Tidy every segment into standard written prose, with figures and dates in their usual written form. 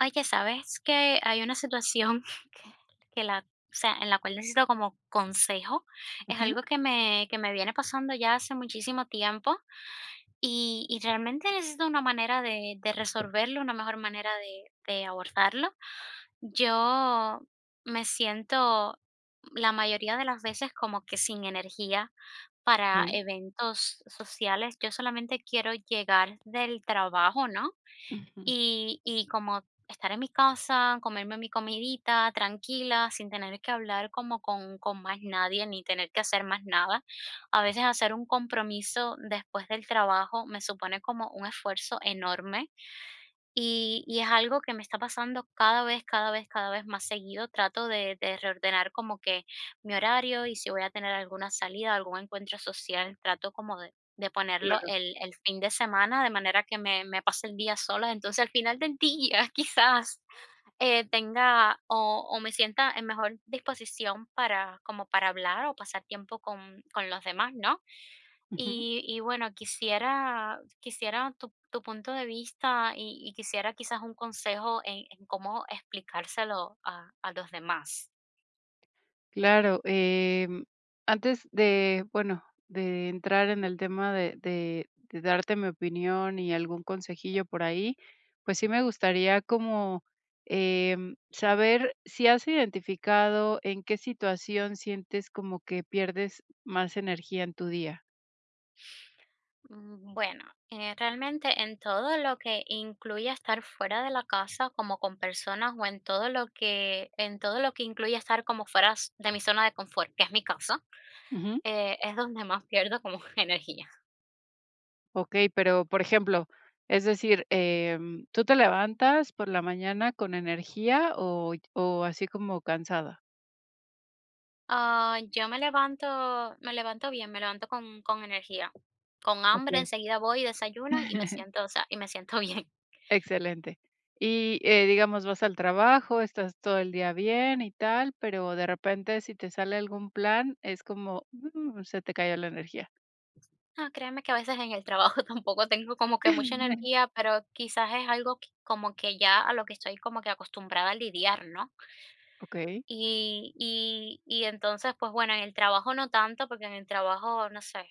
Oye, ¿sabes que hay una situación que que la en la cual necesito como consejo? Es Ujú. algo que me viene pasando ya hace muchísimo tiempo y realmente necesito una manera de resolverlo, una mejor manera de abordarlo. Yo me siento la mayoría de las veces como que sin energía para Okey. eventos sociales. Yo solamente quiero llegar del trabajo, ¿no? Ujú. Y como estar en mi casa, comerme mi comidita tranquila, sin tener que hablar como con más nadie, ni tener que hacer más nada. A veces hacer un compromiso después del trabajo me supone como un esfuerzo enorme, y es algo que me está pasando cada vez, cada vez, cada vez más seguido. Trato de reordenar como que mi horario y si voy a tener alguna salida, algún encuentro social, trato como de ponerlo Claro. el fin de semana, de manera que me pase el día sola. Entonces, al final del día, quizás, tenga o me sienta en mejor disposición para como para hablar o pasar tiempo con los demás, ¿no? Ujú. Y bueno, quisiera tu punto de vista y quisiera quizás un consejo en cómo explicárselo a los demás. Claro, antes de, bueno, de entrar en el tema de darte mi opinión y algún consejillo por ahí, pues sí me gustaría saber si has identificado en qué situación sientes como que pierdes más energía en tu día. Mm, Bueno, realmente en todo lo que incluye estar fuera de la casa como con personas o en todo lo que, en todo lo que incluye estar como de mi zona de confort, que es mi casa. Es donde más pierdo como energía. Okey, pero, por ejemplo, es decir, ¿tú te levantas por la mañana con energía o así como cansada? Ah, yo me levanto bien, me levanto con energía, con hambre, Okey. enseguida voy, desayuno y me siento, o sea, y me siento bien. Excelente. Y, digamos, vas al trabajo, estás todo el día bien y tal, pero de repente, si te sale algún plan, es como, se te cayó la energía. Ah, créeme que a veces en el trabajo tampoco tengo como que mucha energía, pero quizás es algo que como que ya a lo que estoy como que acostumbrada a lidiar, ¿no? Okey. Y entonces, pues, bueno, en el trabajo no tanto, porque en el trabajo, no sé,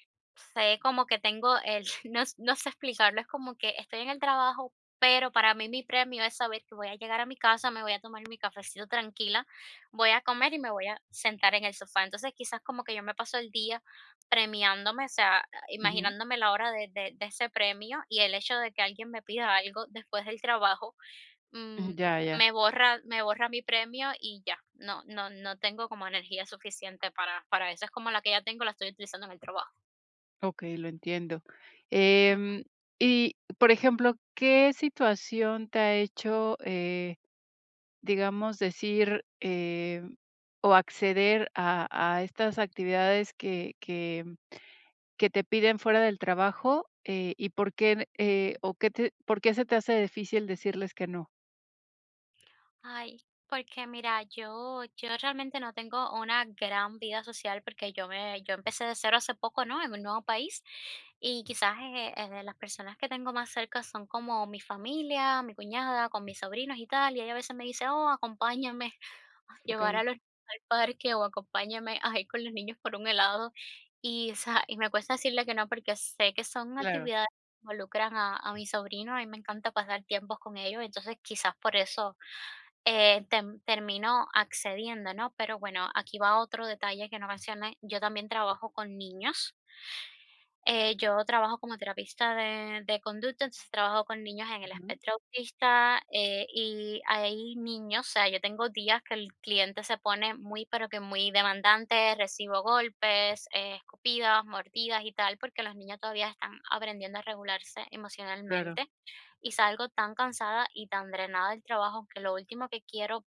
sé como que tengo el no sé explicarlo, es como que estoy en el trabajo, pero para mí mi premio es saber que voy a llegar a mi casa, me voy a tomar mi cafecito tranquila, voy a comer y me voy a sentar en el sofá. Entonces, quizás como que yo me paso el día premiándome, o sea, Ujú. imaginándome la hora de ese premio, y el hecho de que alguien me pida algo después del trabajo Mm, Ya, ya. me borra mi premio y ya, no tengo como energía suficiente para eso, es como la que ya tengo, la estoy utilizando en el trabajo. Okey, lo entiendo. Ujú. Em, y, por ejemplo, ¿qué situación te ha hecho, digamos, decir, o acceder a estas actividades que te piden fuera del trabajo, y por qué, o qué te por qué se te hace difícil decirles que no? Ay, porque mira, yo realmente no tengo una gran vida social porque yo empecé de cero hace poco, ¿no?, en un nuevo país, y quizás, las personas que tengo más cerca son como mi familia, mi cuñada, con mis sobrinos y tal, y ella a veces me dice: "Oh, acompáñame a llevar a Okey. los niños al parque", o "Acompáñame a ir con los niños por un helado". Y, o sea, y me cuesta decirle que no, porque sé que son Claro, actividades que involucran a mi sobrino, a mí me encanta pasar tiempos con ellos, entonces quizás por eso termino accediendo, ¿no? Pero bueno, aquí va otro detalle que no mencioné, yo también trabajo con niños. Yo trabajo como terapista de conducta, entonces trabajo con niños en el Ujú, espectro autista. Y hay niños, o sea, yo tengo días que el cliente se pone muy, pero que muy demandante, recibo golpes, escupidas, mordidas y tal, porque los niños todavía están aprendiendo a regularse claro, emocionalmente y salgo tan cansada y tan drenada del trabajo que lo último que quiero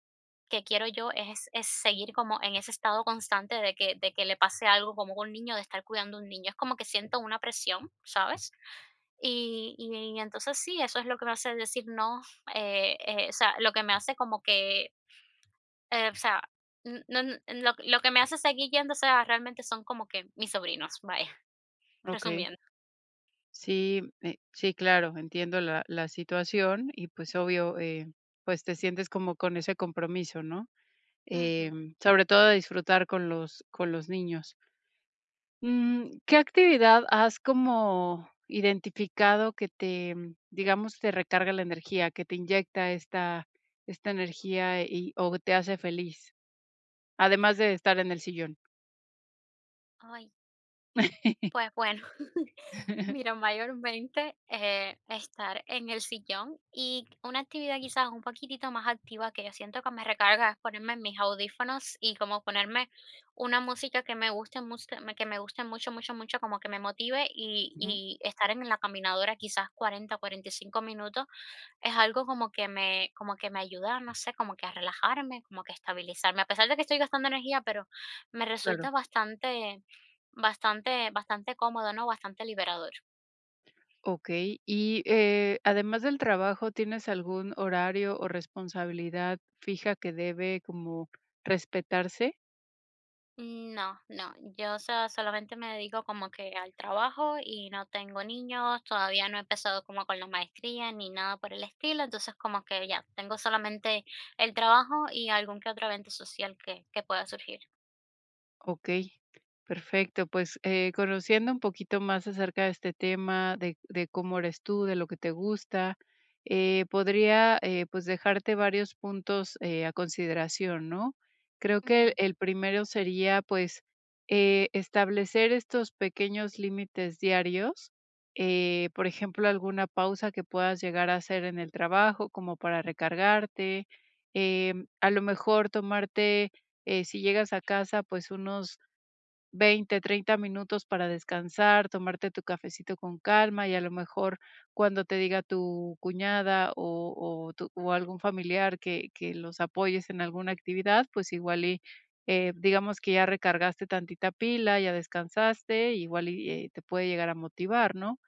que quiero yo es seguir como en ese estado constante de que le pase algo como con un niño, de estar cuidando a un niño. Es como que siento una presión, ¿sabes? Y entonces sí, eso es lo que me hace decir no, o sea, lo que me hace como que, o sea, n no n lo que me hace seguir yendo, o sea, realmente son como que mis sobrinos, vaya, okey. resumiendo. Sí, sí, claro, entiendo la la situación y, pues, obvio, pues, te sientes como con ese compromiso, ¿no? Ujú. Em, sobre todo de disfrutar con los niños. Mm, ¿qué actividad has como identificado que te, digamos, te recarga la energía, que te inyecta esta energía y o te hace feliz? Además de estar en el sillón. Ay. Pues bueno, mira, mayormente estar en el sillón y una actividad quizás un poquitito más activa que yo siento que me recarga es ponerme mis audífonos y como ponerme una música que me guste mucho, que me guste mucho, mucho, mucho, como que me motive Ujú, y estar en la caminadora quizás 40, 45 minutos es algo como que me ayuda, no sé, como que a relajarme, como que a estabilizarme, a pesar de que estoy gastando energía, pero me claro. resulta bastante bastante cómodo, ¿no? Bastante liberador. Okey. Y, además del trabajo, ¿tienes algún horario o responsabilidad fija que debe como respetarse? No, no, yo, o solamente me dedico como que al trabajo y no tengo niños, todavía no he empezado como con la maestría ni nada por el estilo, entonces como que ya, tengo solamente el trabajo y algún que otro evento social que pueda surgir. Ok, perfecto. Pues conociendo un poquito más acerca de este tema, de cómo eres tú, de lo que te gusta, podría pues dejarte varios puntos a consideración, ¿no? Creo que Ujú, el primero sería pues establecer estos pequeños límites diarios, por ejemplo, alguna pausa que puedas llegar a hacer en el trabajo como para recargarte, a lo mejor tomarte si llegas a casa, pues unos 20, 30 minutos para descansar, tomarte tu cafecito con calma y a lo mejor cuando te diga tu cuñada o algún familiar que los apoyes en alguna actividad, pues igual y digamos que ya recargaste tantita pila, ya descansaste, igual y te puede llegar a motivar, ¿no?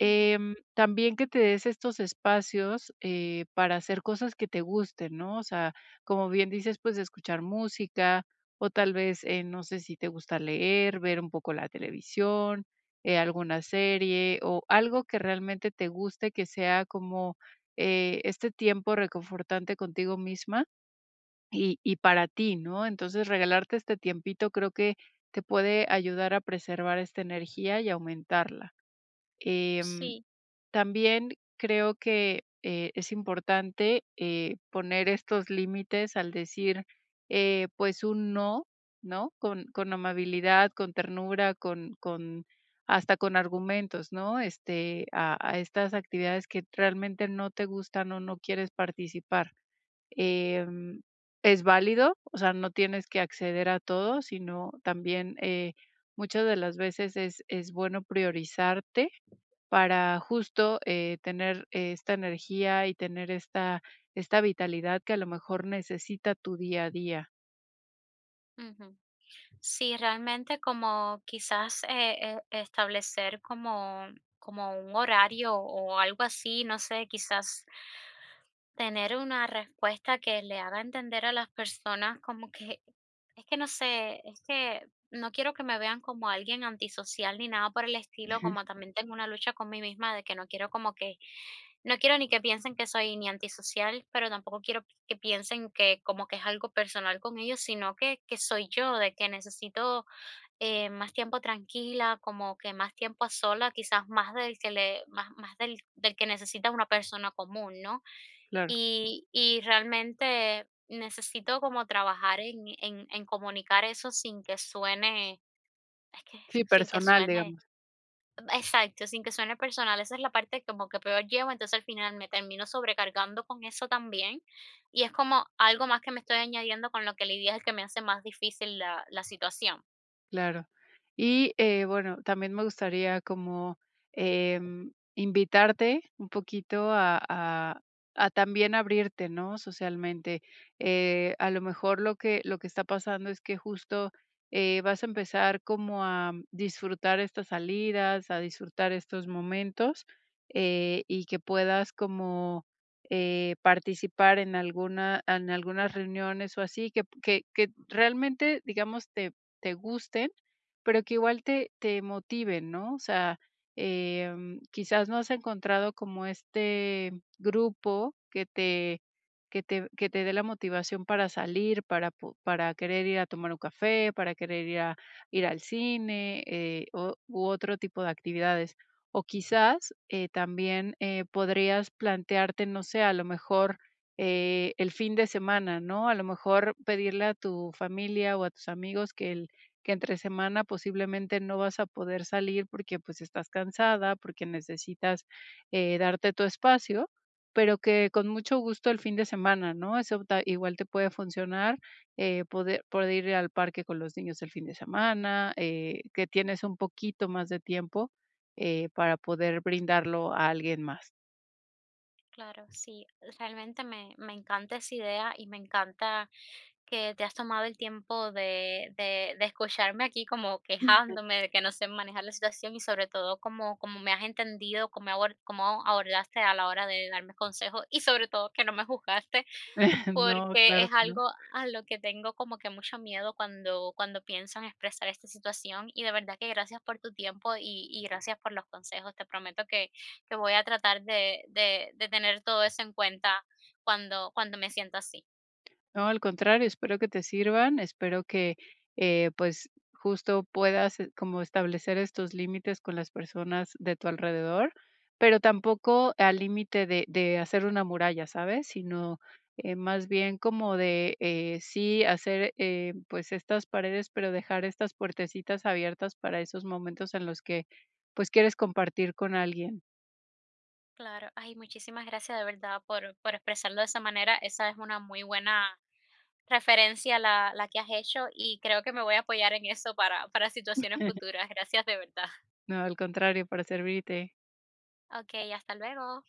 ujú, también que te des estos espacios, para hacer cosas que te gusten, ¿no? O sea, como bien dices, pues, escuchar música, o tal vez, no sé si te gusta leer, ver un poco la televisión, alguna serie, o algo que realmente te guste, que sea como, este tiempo reconfortante contigo misma y para ti, ¿no? Entonces, regalarte este tiempito creo que te puede ayudar a preservar esta energía y aumentarla. Em, sí, también creo que, es importante, poner estos límites al decir, pues, un no, ¿no? Con amabilidad, con ternura, con hasta con argumentos, ¿no? Este, a estas actividades que realmente no te gustan o no quieres participar. Em, es válido, o sea, no tienes que acceder a todo, sino también, muchas de las veces es bueno priorizarte para justo, tener esta energía y tener esta esta vitalidad que a lo mejor necesita tu día a día. ujú. Sí, realmente como quizás establecer como, como un horario o algo así, no sé, quizás tener una respuesta que le haga entender a las personas como que, es que no sé, es que no quiero que me vean como alguien antisocial ni nada por el estilo, como también tengo una lucha con mí misma de que no quiero como que no quiero ni que piensen que soy ni antisocial, pero tampoco quiero que piensen que como que es algo personal con ellos, sino que soy yo, de que necesito más tiempo tranquila, como que más tiempo a sola, quizás más del que le, más, más del, del que necesita una persona común, ¿no? Claro. Y realmente necesito como trabajar en comunicar eso sin que suene, es que Sí, sin que personal, suene. digamos. Exacto, sin que suene personal, esa es la parte como que peor llevo, entonces al final me termino sobrecargando con eso también, y es como algo más que me estoy añadiendo con lo que lidias, que me hace más difícil la situación. Claro. Y, bueno, también me gustaría como, invitarte un poquito a a también abrirte, ¿no?, socialmente. A lo mejor lo que está pasando es que justo, vas a empezar como a disfrutar estas salidas, a disfrutar estos momentos, y que puedas como, participar en alguna en algunas reuniones o así, que realmente, digamos, te te gusten, pero que igual te te motiven, ¿no? O sea, quizás no has encontrado como este grupo que te dé la motivación para salir, para querer ir a tomar un café, para querer ir a ir al cine, o u otro tipo de actividades. O quizás, también, podrías plantearte, no sé, a lo mejor, el fin de semana, ¿no? A lo mejor pedirle a tu familia o a tus amigos que el que entre semana posiblemente no vas a poder salir porque pues estás cansada, porque necesitas darte tu espacio, pero que con mucho gusto el fin de semana, ¿no? Eso igual te puede funcionar, poder, poder ir al parque con los niños el fin de semana, que tienes un poquito más de tiempo para poder brindarlo a alguien más. Claro, sí, realmente me encanta esa idea y me encanta que te has tomado el tiempo de escucharme aquí como quejándome de que no sé manejar la situación y sobre todo como me has entendido, cómo abordaste a la hora de darme consejos y sobre todo que no me juzgaste. No, Porque claro es que no. algo a lo que tengo como que mucho miedo cuando pienso en expresar esta situación, y de verdad que gracias por tu tiempo y gracias por los consejos. Te prometo que voy a tratar de tener todo eso en cuenta cuando me sienta así. No, al contrario, espero que te sirvan, espero que, pues, justo puedas como establecer estos límites con las personas de tu alrededor, pero tampoco al límite de hacer una muralla, ¿sabes? Sino, más bien como de, sí hacer, pues, estas paredes, pero dejar estas puertecitas abiertas para esos momentos en los que, pues, quieres compartir con alguien. Claro. Ay, muchísimas gracias de verdad por expresarlo de esa manera. Esa es una muy buena referencia la que has hecho, y creo que me voy a apoyar en eso para situaciones futuras. Gracias de verdad. No, al contrario, para servirte. Okey, hasta luego.